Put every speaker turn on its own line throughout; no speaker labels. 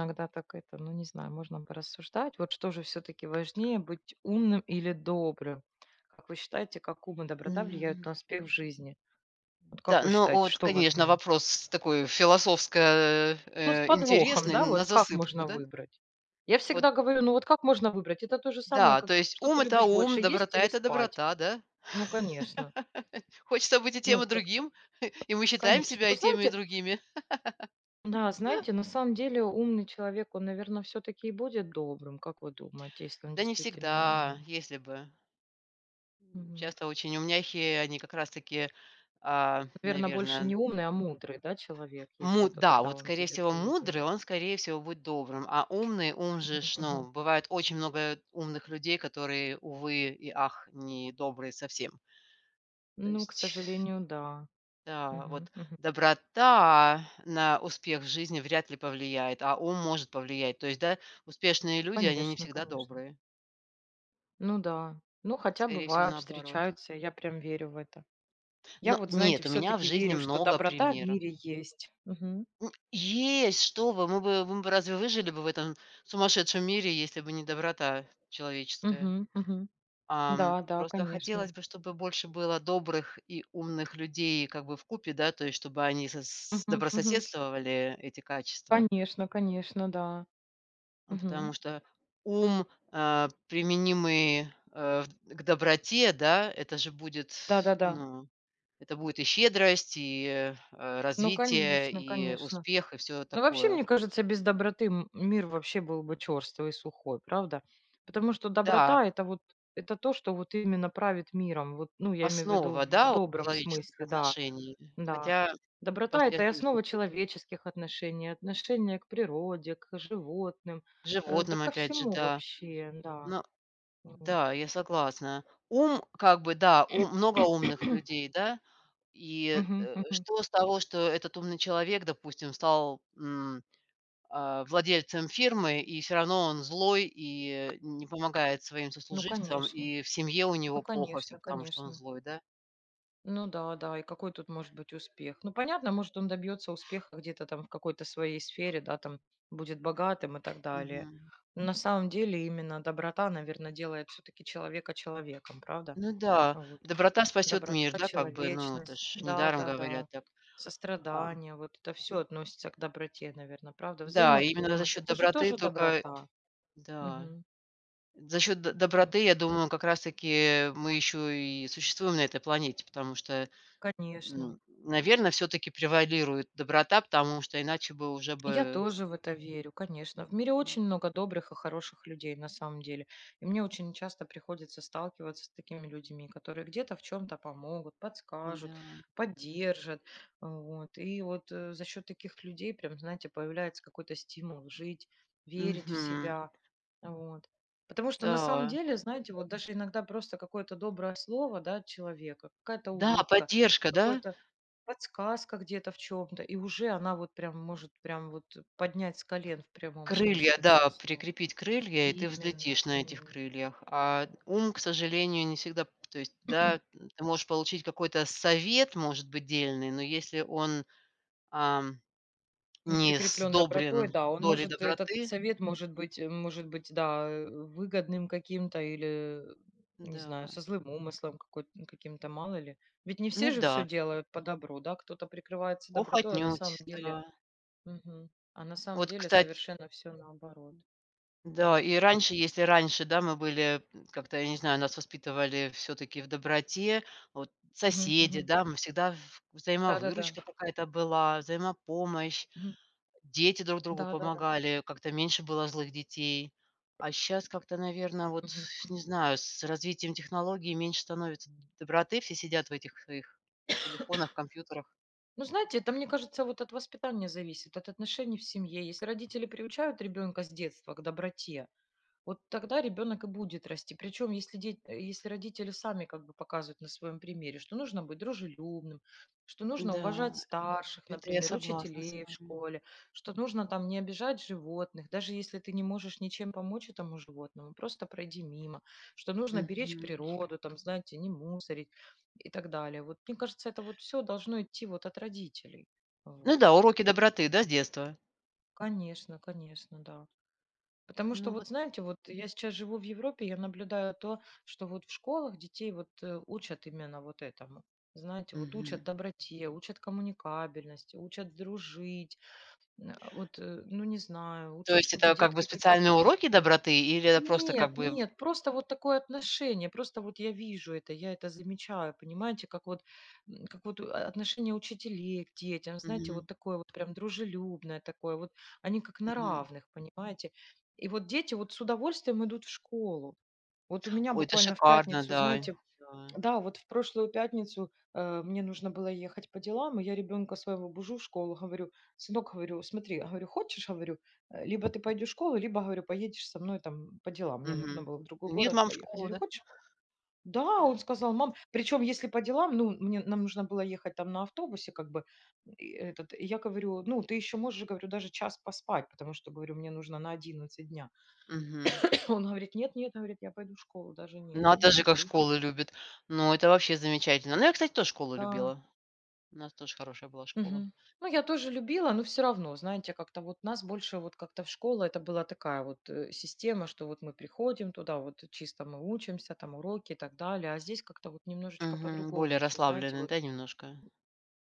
Иногда так это, ну не знаю, можно порассуждать. Вот что же все-таки важнее, быть умным или добрым? Как вы считаете, как ум и доброта влияют
Ну
на успех в жизни? Вот
да,
как вы
ну
считаете,
вот,
что
конечно,
важнее?
вопрос такой философско,
Ну, с подвохом,
интересный
да,
на
вот как
засыпку,
можно
да?
выбрать? Я
Вот,
всегда говорю, ну вот как можно выбрать? Это то же самое,
да,
как
то есть
что
ум-
ты
это
любишь
ум,
больше, есть
доброта-
или
это
спать?
доброта, да?
Ну, конечно.
Хочется быть и тем,
Ну,
и
как,
другим, и мы считаем
конечно.
себя и
Ну,
теми, и
знаете,
другими.
да, знаете, на самом деле умный человек, он, наверное, все-таки и будет добрым, как вы думаете, если он
Да не
действительно умный?
всегда, если бы. М,
Мгм.
часто очень умняхи, они как раз таки,
Наверно,
наверное.
больше не умный, а мудрый, да, человек, если,
Му
то
да,
тогда
вот,
он
скорее
будет
всего, мудрый,
добрый.
он, скорее всего, будет добрым, а умный, ум же
Мгм,
ж,
мгм.
ну, бывает очень много умных людей, которые, увы и ах, не добрые совсем. То
Ну, к
есть,
сожалению, да.
да,
Мгм,
вот
мгм.
доброта на успех в жизни вряд ли повлияет, а ум может повлиять. То есть, да, успешные люди, они не
Конечно,
всегда
конечно.
добрые.
Ну да. Ну, хотя
Скорее всего,
бывают,
наоборот.
встречаются, я прям верю в это. Я
Но
вот, знаете,
нет, у
все
меня в
таки
жизни
верю, что
много
доброта в
примеров.
мире есть. Мгм,
Есть, что вы, мы бы разве выжили бы в этом сумасшедшем мире, если бы не доброта человеческая?
мгм, мгм.
Ам,
Да, да,
просто
конечно.
хотелось бы, чтобы больше было добрых и умных людей как бы в купе, да, то есть чтобы они сос
Мгм, мгм.
добрососедствовали, эти качества.
Конечно, конечно, да.
Ну, потому
Мгм.
что ум, применимый, в к доброте, да, это же будет,
Да-да-да.
ну, это будет и щедрость, и,
Ну,
развитие,
конечно,
и
конечно.
успех, и все
Ну, вообще,
такое.
мне кажется, без доброты мир вообще был бы черствый и сухой, правда? Потому что
Да,
доброта это вот это то, что вот именно правит миром. Вот, ну, я имею в виду
основа,
в
да, у
добром
человеческих
смысле, да,
отношений.
да.
Хотя, пос
Доброта
я
это
же
и
говорю,
основа человеческих отношений, отношения к природе, к животным,
к
да
животным
ко
опять же,
всему
да.
вообще, да.
Но
Вот.
Да, я согласна. Ум, как бы, да, ум много умных людей, да. И,
Мгм, мгм.
что с того, что этот умный человек, допустим, стал, владельцем фирмы, и все равно он злой и не помогает своим
Ну,
сослуживцам,
конечно.
и в семье у
Ну,
него плохо все,
конечно,
потому что он
конечно.
злой, да?
Ну да, да, и какой тут может быть успех? Ну, понятно, может, он добьется успеха где-то там в какой-то своей сфере, да, там будет богатым и так далее.
Мгм.
Но на самом деле именно доброта, наверное, делает все-таки человека человеком, правда?
Ну да,
Вот.
доброта спасет
Доброта,
мир, да, как бы, ну, это
человечность,
ж
да,
недаром
да, да.
говорят так. Ам,
Сострадание, вот это все относится к доброте, наверное, правда?
да, именно за
Взаимопомощь,
счет
это же
доброты
тоже
только.
доброта.
Да.
Мгм.
За счет д
Ну,
доброты, я думаю, как раз таки мы еще и существуем на этой планете, потому что,
конечно.
наверное, все-таки превалирует доброта, потому что иначе бы уже
Я
бы
тоже в это верю, конечно. В
м,
мире
м,
очень много добрых и хороших людей, на самом деле. И мне очень часто приходится сталкиваться с такими людьми, которые где-то в чем-то помогут, подскажут,
да.
поддержат. Вот. И вот за счет таких людей, прям, знаете, появляется какой-то стимул жить, верить в
Мгм.
себя. Вот. Потому что на самом
Да.
деле, знаете, вот даже иногда просто какое-то доброе слово да, от человека, какая-то
Да,
улыбка,
поддержка, да?
какое-то подсказка где-то в чем то и уже она вот прям может прям вот поднять с колен в прямом
Крылья,
смысле этого
да,
слова.
прикрепить крылья, и ты
Именно,
взлетишь на этих
именно.
крыльях. А ум, к сожалению, не всегда п то есть, да, ты можешь получить какой-то совет, может быть, дельный, но если он, ам,
Не
не
прикреплён добротой,
сдобрен
да, он
долей
может, этот
доброты.
совет может быть, может быть, да, выгодным каким-то или, не знаю,
Да,
со злым умыслом какой каким-то, мало ли. Ведь не
ну
все же все
да,
делают по добру, да, кто-то прикрывается
ох,
добротой, а на
отнюдь,
самом деле
да.
а на самом
Вот,
деле
кстати,
совершенно все наоборот.
да,
Мгм.
и раньше, если раньше, да, мы были как-то, я не знаю, нас воспитывали все-таки в доброте, вот
Мгм,
соседи,
мгм.
да, мы всегда
Да-да-да.
взаимовыручка какая-то была, взаимопомощь,
Мгм.
дети друг другу
Да-да-да.
помогали, как-то меньше было злых детей. А сейчас как-то, наверное, вот,
Мгм.
не знаю, с развитием технологий меньше становится доброты, все сидят в этих своих телефонах, компьютерах.
Ну, знаете, это, мне кажется, вот от воспитания зависит, от отношений в семье. Если родители приучают ребенка с детства к доброте, вот тогда ребенок и будет расти. Причем, если, если родители сами как бы показывают на своем примере, что нужно быть дружелюбным, что нужно уважать
Да,
старших,
это я
например,
согласна с
учителей в
вами.
школе, что нужно там не обижать животных, даже если ты не можешь ничем помочь этому животному, просто пройди мимо, что нужно беречь
Мгм.
природу, там, знаете, не мусорить и так далее. Вот, мне кажется, это вот все должно идти вот от родителей.
Ну
Вот.
да, уроки доброты, да, с детства?
Конечно, конечно, да. Потому что,
Ну
вот
вот.
знаете, вот я сейчас живу в Европе, я наблюдаю то, что вот в школах детей вот учат именно вот этому. Знаете, вот
Мгм.
учат доброте, учат коммуникабельности, учат дружить, ну не знаю,
То
учат,
есть
чтобы
это как бы
детки
специальные
какие-то
уроки доброты или это просто
нет,
как бы.
нет, просто вот такое отношение. Просто вот я вижу это, я это замечаю, понимаете, как вот, как вот отношение учителей к детям, знаете,
Мгм,
вот такое вот прям дружелюбное такое, вот они как на
мгм.
равных, понимаете. И вот дети вот с удовольствием идут в школу. Вот у меня
Ой, это
буквально в
шикарно,
пятницу,
да,
знаете,
да.
да, вот в прошлую пятницу мне нужно было ехать по делам, и я ребенка своего бужу в школу, говорю, сынок, говорю, смотри, говорю, хочешь, говорю, либо ты пойдешь в школу, либо, говорю, поедешь со мной там по делам, мне нужно
Мгм.
было в другой
Нет,
город
мам в
поехать. Я
школу,
говорю,
да?
хочешь? Да, он сказал, мам, причем если по делам, ну, мне, нам нужно было ехать там на автобусе, как бы, и этот, и я говорю, ну, ты еще можешь, говорю, даже час поспать, потому что, говорю, мне нужно на 11 дня.
Мгм.
Он говорит, нет, нет, говорит, я пойду в школу, даже не это.
Надо же,
Ну,
как
окей,
школу
говорю,
любит. Ну, это вообще замечательно. Ну, я, кстати, тоже школу
да.
любила. У нас тоже хорошая была школа.
Мгм. Ну, я тоже любила, но все равно, знаете, как-то вот нас больше вот как-то в школу, это была такая вот система, что вот мы приходим туда, вот чисто мы учимся, там уроки и так далее, а здесь как-то вот немножечко
Мгм. Более
по-другому все, знаете,
расслабленная,
вот.
да, немножко?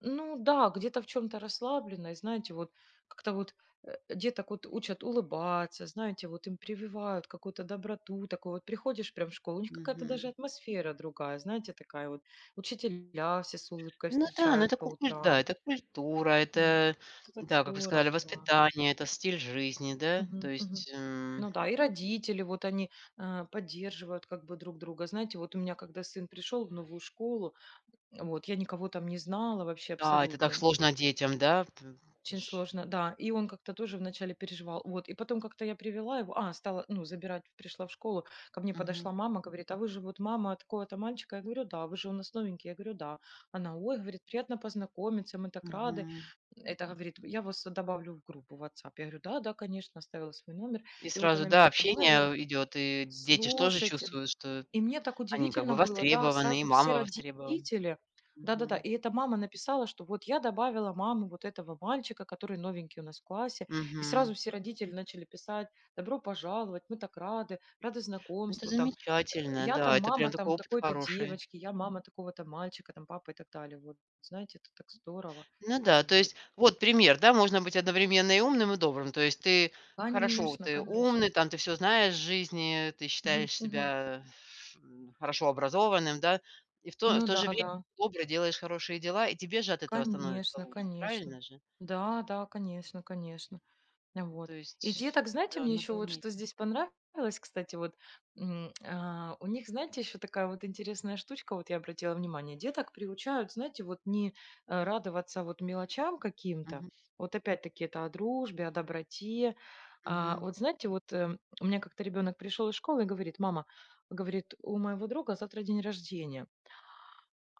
Ну да, где-то в чем-то расслаблено, и знаете, вот как-то вот деток вот учат улыбаться, знаете, вот им прививают какую-то доброту, такую вот приходишь прям в школу, у них какая-то
Мгм.
даже атмосфера другая, знаете, такая вот. Учителя все с улыбкой
Ну да, ну
встречают
это
по
кукуль да,
утрам.
это культура, это,
М, это так
да, как вы сказали,
здорово, да.
воспитание, это стиль жизни, да? То
Мгм, мгм.
есть,
Ну да, и родители, вот они, поддерживают как бы друг друга. Знаете, вот у меня когда сын пришел в новую школу, вот я никого там не знала вообще
да, это так
абсолютно.
сложно детям, да? Т это
Очень
ж.
сложно, да. И он как-то тоже вначале переживал. Вот. И потом как-то я привела его, стала, ну, забирать, пришла в школу. Ко мне
Мгм,
подошла мама, говорит, а вы же вот мама такого-то мальчика? Я говорю, да. Вы же у нас новенький? Я говорю, да. Она, ой, говорит, приятно познакомиться, мы так рады.
мгм.
Это, говорит, я вас добавлю в группу в WhatsApp. Я говорю, да, да, конечно, оставила свой номер.
И
И вот
сразу,
она
да,
меня
общение
добавила.
идет, и дети ж тоже
Слушайте,
чувствуют, что
и мне так
они как бы
удивительно было, да,
востребованы, и
сразу все
мама востребована.
родители. Да-да-да,
Мгм,
и эта мама написала, что вот я добавила маму вот этого мальчика, который новенький у нас в классе, и
мгм.
сразу все родители начали писать, добро пожаловать, мы так рады, рады
Это
знакомству, там,
замечательно,
я
да,
там
это прям
мама там
такой опыт
такой-то
хороший.
девочки, я мама такого-то мальчика, там, папа и так далее, вот, знаете, это так здорово,
Ну да, то
вот.
есть вот пример, да, можно быть одновременно и умным, и добрым. То есть ты хорошо,
Конечно,
ты
конечно.
умный, там ты все знаешь в жизни, ты
Мгм,
считаешь
мгм.
себя, хорошо образованным, да, и в то
Ну
в то
да,
же время
да,
добрый, делаешь хорошие дела, и тебе же от этого становится
конечно,
лучше,
конечно.
правильно же?
Да, да, конечно, конечно.
Ну, то
Вот. И
есть,
деток, знаете,
да,
мне еще
надо
вот что
уметь.
здесь понравилось, кстати, вот у них, знаете, еще такая вот интересная штучка, вот я обратила внимание, деток приучают, знаете, вот не радоваться вот мелочам каким-то,
Мгм,
вот опять-таки это о дружбе, о доброте. А,
мгм.
вот знаете, вот у меня как-то ребенок пришел из школы и говорит, мама, говорит, у моего друга завтра день рождения,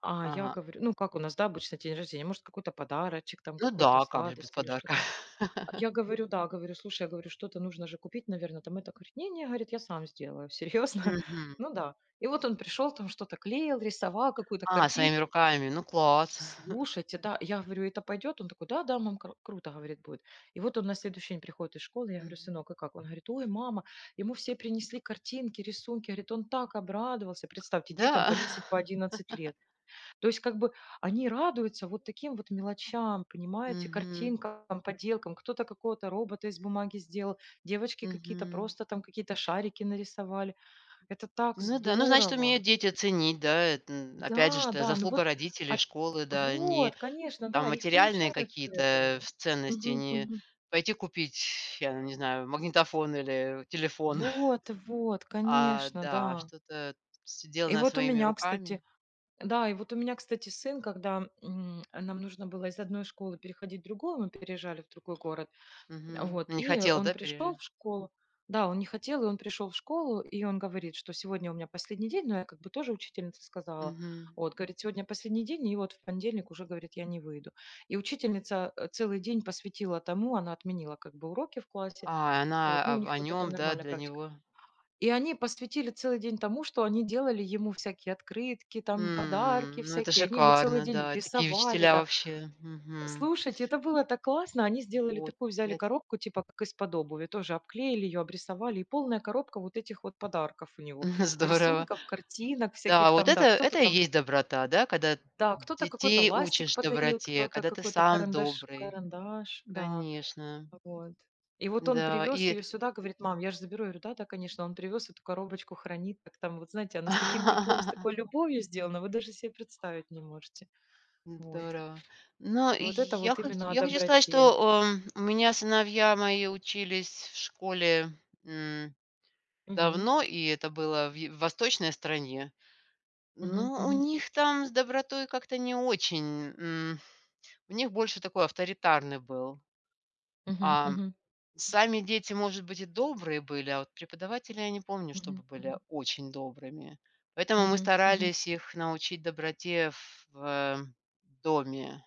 а я
Ага.
говорю, ну как у нас, да, обычно день рождения, может какой-то подарочек, там
Ну
какую-то
да, как же без
сладость или
подарка.
что-то. Я говорю, да, говорю, слушай, я говорю, что-то нужно же купить, наверное, там это. Говорит, не-не, говорит, я сам сделаю, серьезно.
Мгм.
Ну да. И вот он пришел, там что-то клеил, рисовал, какую-то
А,
картину.
своими руками, ну класс.
Слушайте, да, я говорю, это пойдет? Он такой, да, да, мам, круто, говорит, будет. И вот он на следующий день приходит из школы, я говорю,
Мгм.
сынок, и как? Он говорит, ой, мама, ему все принесли картинки, рисунки, говорит, он так обрадовался. Представьте,
Да.
детям по 10, по 11 лет. То есть как бы они радуются вот таким вот мелочам, понимаете,
Мгм,
картинкам, поделкам. Кто-то какого-то робота из бумаги сделал, девочки какие-то
мгм.
просто там какие-то шарики нарисовали. Это так
Ну да, ну, значит,
здорово.
умеют дети ценить, да, это, опять же,
Да,
что
да, ну
заслуга
вот,
родителей,
а,
школы, да, не
вот, конечно,
там
да, их
материальные
приучают к
какие-то
этому.
в ценности,
Мгм,
не
мгм.
пойти купить, я не знаю, магнитофон или телефон,
Вот, вот,
а,
конечно,
да,
да.
что-то
И
сделанное
вот у
своими
меня,
руками.
кстати, сын, когда нам нужно было из одной школы переходить в другую, мы переезжали в другой город.
Мгм.
Вот,
Не
и
хотел,
он
да,
пришел
пережи
в школу. Да, он не хотел, и он пришел в школу, и он говорит, что сегодня у меня последний день, но я как бы тоже учительница сказала.
Мгм.
Вот, говорит, сегодня последний день, и вот в понедельник уже, говорит, я не выйду. И учительница целый день посвятила тому, она отменила как бы уроки в классе.
А, она
Вот, ну, у
о
них
о
тут это
нём, да,
нормальная
для
практика.
него.
И они посвятили целый день тому, что они делали ему всякие открытки, там подарки
Ну это
всякие. Они ему целый
шикарно,
день
да, такие
рисовали.
учителя вообще. Мгм.
Слушайте, это было так классно. Они сделали
Вот,
такую, взяли
опять,
коробку, типа как из-под обуви, тоже обклеили ее, обрисовали. И полная коробка вот этих вот подарков у него.
здорово.
Рисунков, картинок
Да,
всяких
вот
там,
это
да. Кто-то
это и
там,
есть доброта, да, когда
да, кто-то какой-то
детей
ластик
учишь
подарил,
доброте,
кто-то
когда ты
какой-то
сам
карандаш,
добрый.
да,
Конечно,
вот. И вот он
да,
привез
и
ее сюда, говорит, мам, я же заберу. Я говорю, да, да, конечно. Он привез эту коробочку, хранит. Так там, вот знаете, она с таким теплом, с такой любовью сделана, вы даже себе представить не можете. Вот.
здорово. Но
Вот это
я
вот
хочу,
именно о
я хочу сказать,
доброте.
что, у меня сыновья мои учились в школе, м,
Мгм.
давно, и это было в восточной стране.
Мгм,
Но у
мгм,
них там с добротой как-то не очень, у них больше такой авторитарный был,
мгм,
а
мгм, мгм,
сами дети, может быть, и добрые были, а вот преподаватели я не помню, чтобы
мгм,
были
мгм,
очень добрыми. Поэтому мы
мгм. Мгм.
старались их научить доброте в, э, доме.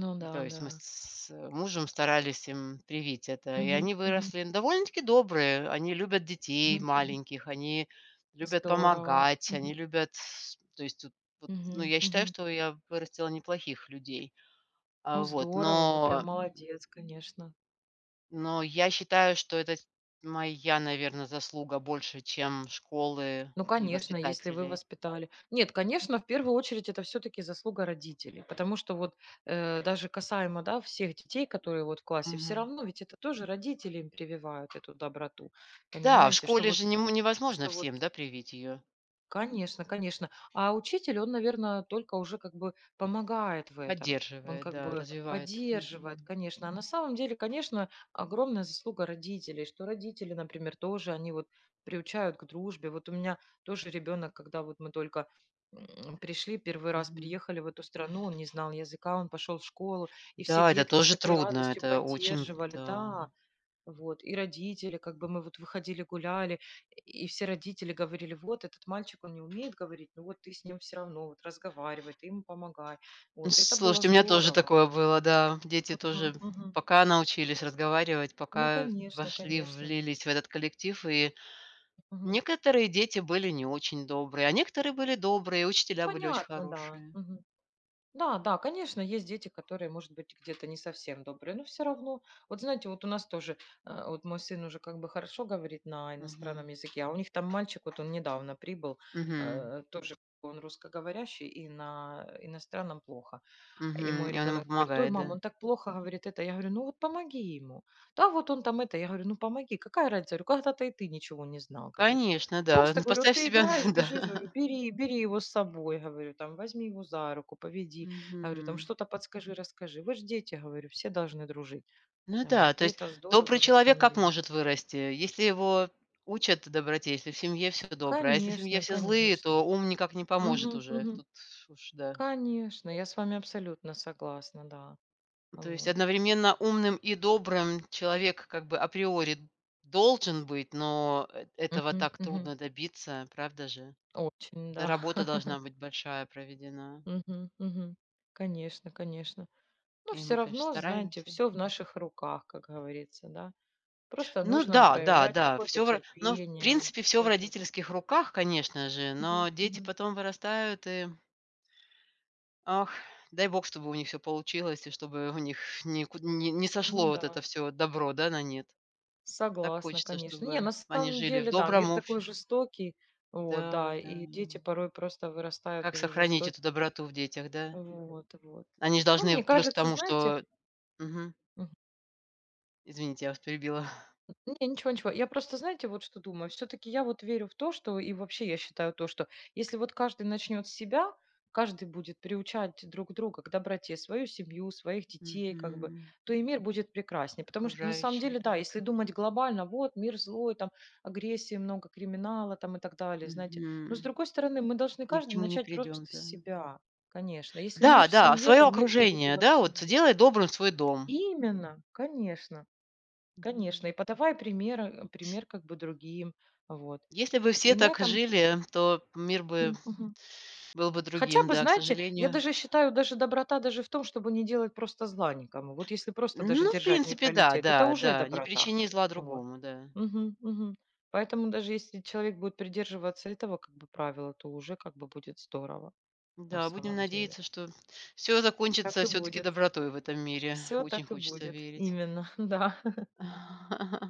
Ну да,
То есть
да.
мы с мужем старались им привить это. И
Мгм,
они
мгм,
выросли довольно-таки добрые. Они любят детей
мгм, мгм.
маленьких, они любят
Здорово.
помогать, они
Мгм,
любят с То есть тут вот, ну,
мгм,
я считаю,
мгм.
что я вырастила неплохих людей. А,
Ну,
вот,
здорово, вы прям
но
молодец, конечно.
Но я считаю, что это моя, наверное, заслуга больше, чем школы
Ну,
и
конечно, если вы
воспитателей.
воспитали. Нет, конечно, в первую очередь это все-таки заслуга родителей, потому что вот даже касаемо, да, всех детей, которые вот в классе, все
Мгм.
равно ведь это тоже родители им прививают эту доброту,
Да, в
понимаете, что
школе
вот,
же нем невозможно
что вот
всем, да, привить ее.
Конечно, конечно. А учитель, он, наверное, только уже как бы помогает в этом. Он
Поддерживает,
как
да,
бы
развивает.
поддерживает,
Мгм.
конечно. А на самом деле, конечно, огромная заслуга родителей, что родители, например, тоже, они вот приучают к дружбе. Вот у меня тоже ребенок, когда вот мы только, пришли, первый раз
Мгм.
приехали в эту страну, он не знал языка, он пошел в школу, и все
Да, это
детки с
тоже
такой
трудно,
радостью
это очень,
поддерживали.
да.
Да, вот, и родители, как бы мы вот выходили, гуляли, и все родители говорили, вот этот мальчик, он не умеет говорить, ну вот ты с ним все равно вот разговаривай, ты ему помогай.
Ну,
Вот, это было
слушайте, у меня тоже
здорово.
такое было, да. Дети
Мгм,
тоже
мгм.
пока научились разговаривать,
Ну,
пока
конечно,
вошли,
конечно.
влились в этот коллектив и
Мгм.
некоторые дети были не очень добрые, а некоторые были добрые, учителя были очень
Понятно, да.
хорошие.
Мгм. Да, да, конечно, есть дети, которые, может быть, где-то не совсем добрые, но все равно, вот знаете, вот у нас тоже, вот мой сын уже как бы хорошо говорит на иностранном
Мгм.
языке, а у них там мальчик, вот он недавно прибыл,
Мгм.
тоже он русскоговорящий, и на иностранном плохо. И
Мгм.
мой
И он ему
ребенок говорит: "Ой,
помогает,
мам,
да?
он так плохо говорит это". Я говорю: "Ну вот помоги ему". "Да вот он там это". Я говорю: "Ну помоги". "Какая разница?" Говорю: "Когда-то и ты ничего не знал". Говорю.
Конечно, да.
"Просто,-
Ну,
говорю,- «Вот
поставь
ты
себя,
играешь, бежишь,
да.
говорю, бери, его с собой, говорю, там, возьми его за руку, поведи, говорю, там
Мгм.
что-то подскажи, расскажи. Вы ж дети, говорю, все должны дружить".
Ну да,
Вот.
то
И
есть
это
добрый
здорово на
человек
самом
как
деле.
может вырасти? Если его учат доброте, если в семье все доброе, а если в семье
Конечно,
все злые,
конечно.
то ум никак не поможет
Мгм,
уже.
мгм.
Тут уж да.
Конечно, я с вами абсолютно согласна, да.
То есть
Вот.
одновременно умным и добрым человек как бы априори должен быть, но этого
Мгм,
так
мгм.
трудно добиться, правда же?
Очень,
Да,
да.
работа должна быть большая проведена.
Мгм, мгм. Конечно, конечно. Но
И
все
мы, конечно,
равно, знаете,
стараемся.
все в наших руках, как говорится, да. Просто
Ну
нужно
да, да,
проявлять
да,
какое-то
все, но в
терпение,
принципе все в
какое-то.
родительских руках, конечно же, но
Мгм,
дети
мгм.
потом вырастают и, ах, дай бог, чтобы у них все получилось и чтобы у них нику не сошло
Ну
вот это
да,
все добро, да, на нет. Так
согласна,
хочется,
конечно. Не,
чтобы
на
они
самом
жили в
деле, да,
добром
мир такой
обществе.
жестокий, вот,
Да,
да,
да.
и дети порой просто вырастают
Как
уже
сохранить
жестокие,
эту доброту в детях, да?
вот, вот.
Они же
Ну,
должны
мне
плюс к
кажется,
тому,
знаете.
что. Мгм. Извините, я вас перебила.
Не, ничего, ничего. Я просто, знаете, вот что думаю. Все-таки я вот верю в то, что и вообще я считаю то, что если вот каждый начнет с себя, каждый будет приучать друг друга к доброте, свою семью, своих детей, как бы,
Мгм.
то и мир будет прекраснее. Потому что на самом
Окружающих,
деле,
да.
да, если думать глобально, вот мир злой, там агрессии много, криминала там и так далее, знаете. Но с
Мгм.
другой стороны, мы должны
Ни к
каждый
чему не
начать просто
придем,
с
да.
себя, конечно. Если мир
Да,
в
да,
семье,
свое
то мир будет и
окружение,
во
да,
всем.
вот
мире.
делай добрым свой дом.
Именно, конечно.
Да.
Конечно, и подавай пример, как бы другим. Вот.
Если бы все
И на
так
этом
жили, то мир бы
Мгм.
был бы
Хотя
другим,
бы,
да, к
знаете, я
сожалению.
даже считаю, даже доброта даже в том, чтобы не делать просто зла никому. Вот если просто даже
Ну, в
держать
принципе, да,
нейтралитет, это
да,
уже
да. Не
доброта.
причини зла
Вот.
другому, да.
Мгм, мгм. Поэтому даже если человек будет придерживаться этого как бы правила, то уже как бы будет здорово на
Да, будем
самом деле.
надеяться, что все
Так
закончится
и
все таки
будет.
добротой в этом мире.
Все
Очень
так и
хочется
будет.
верить.
Именно, да.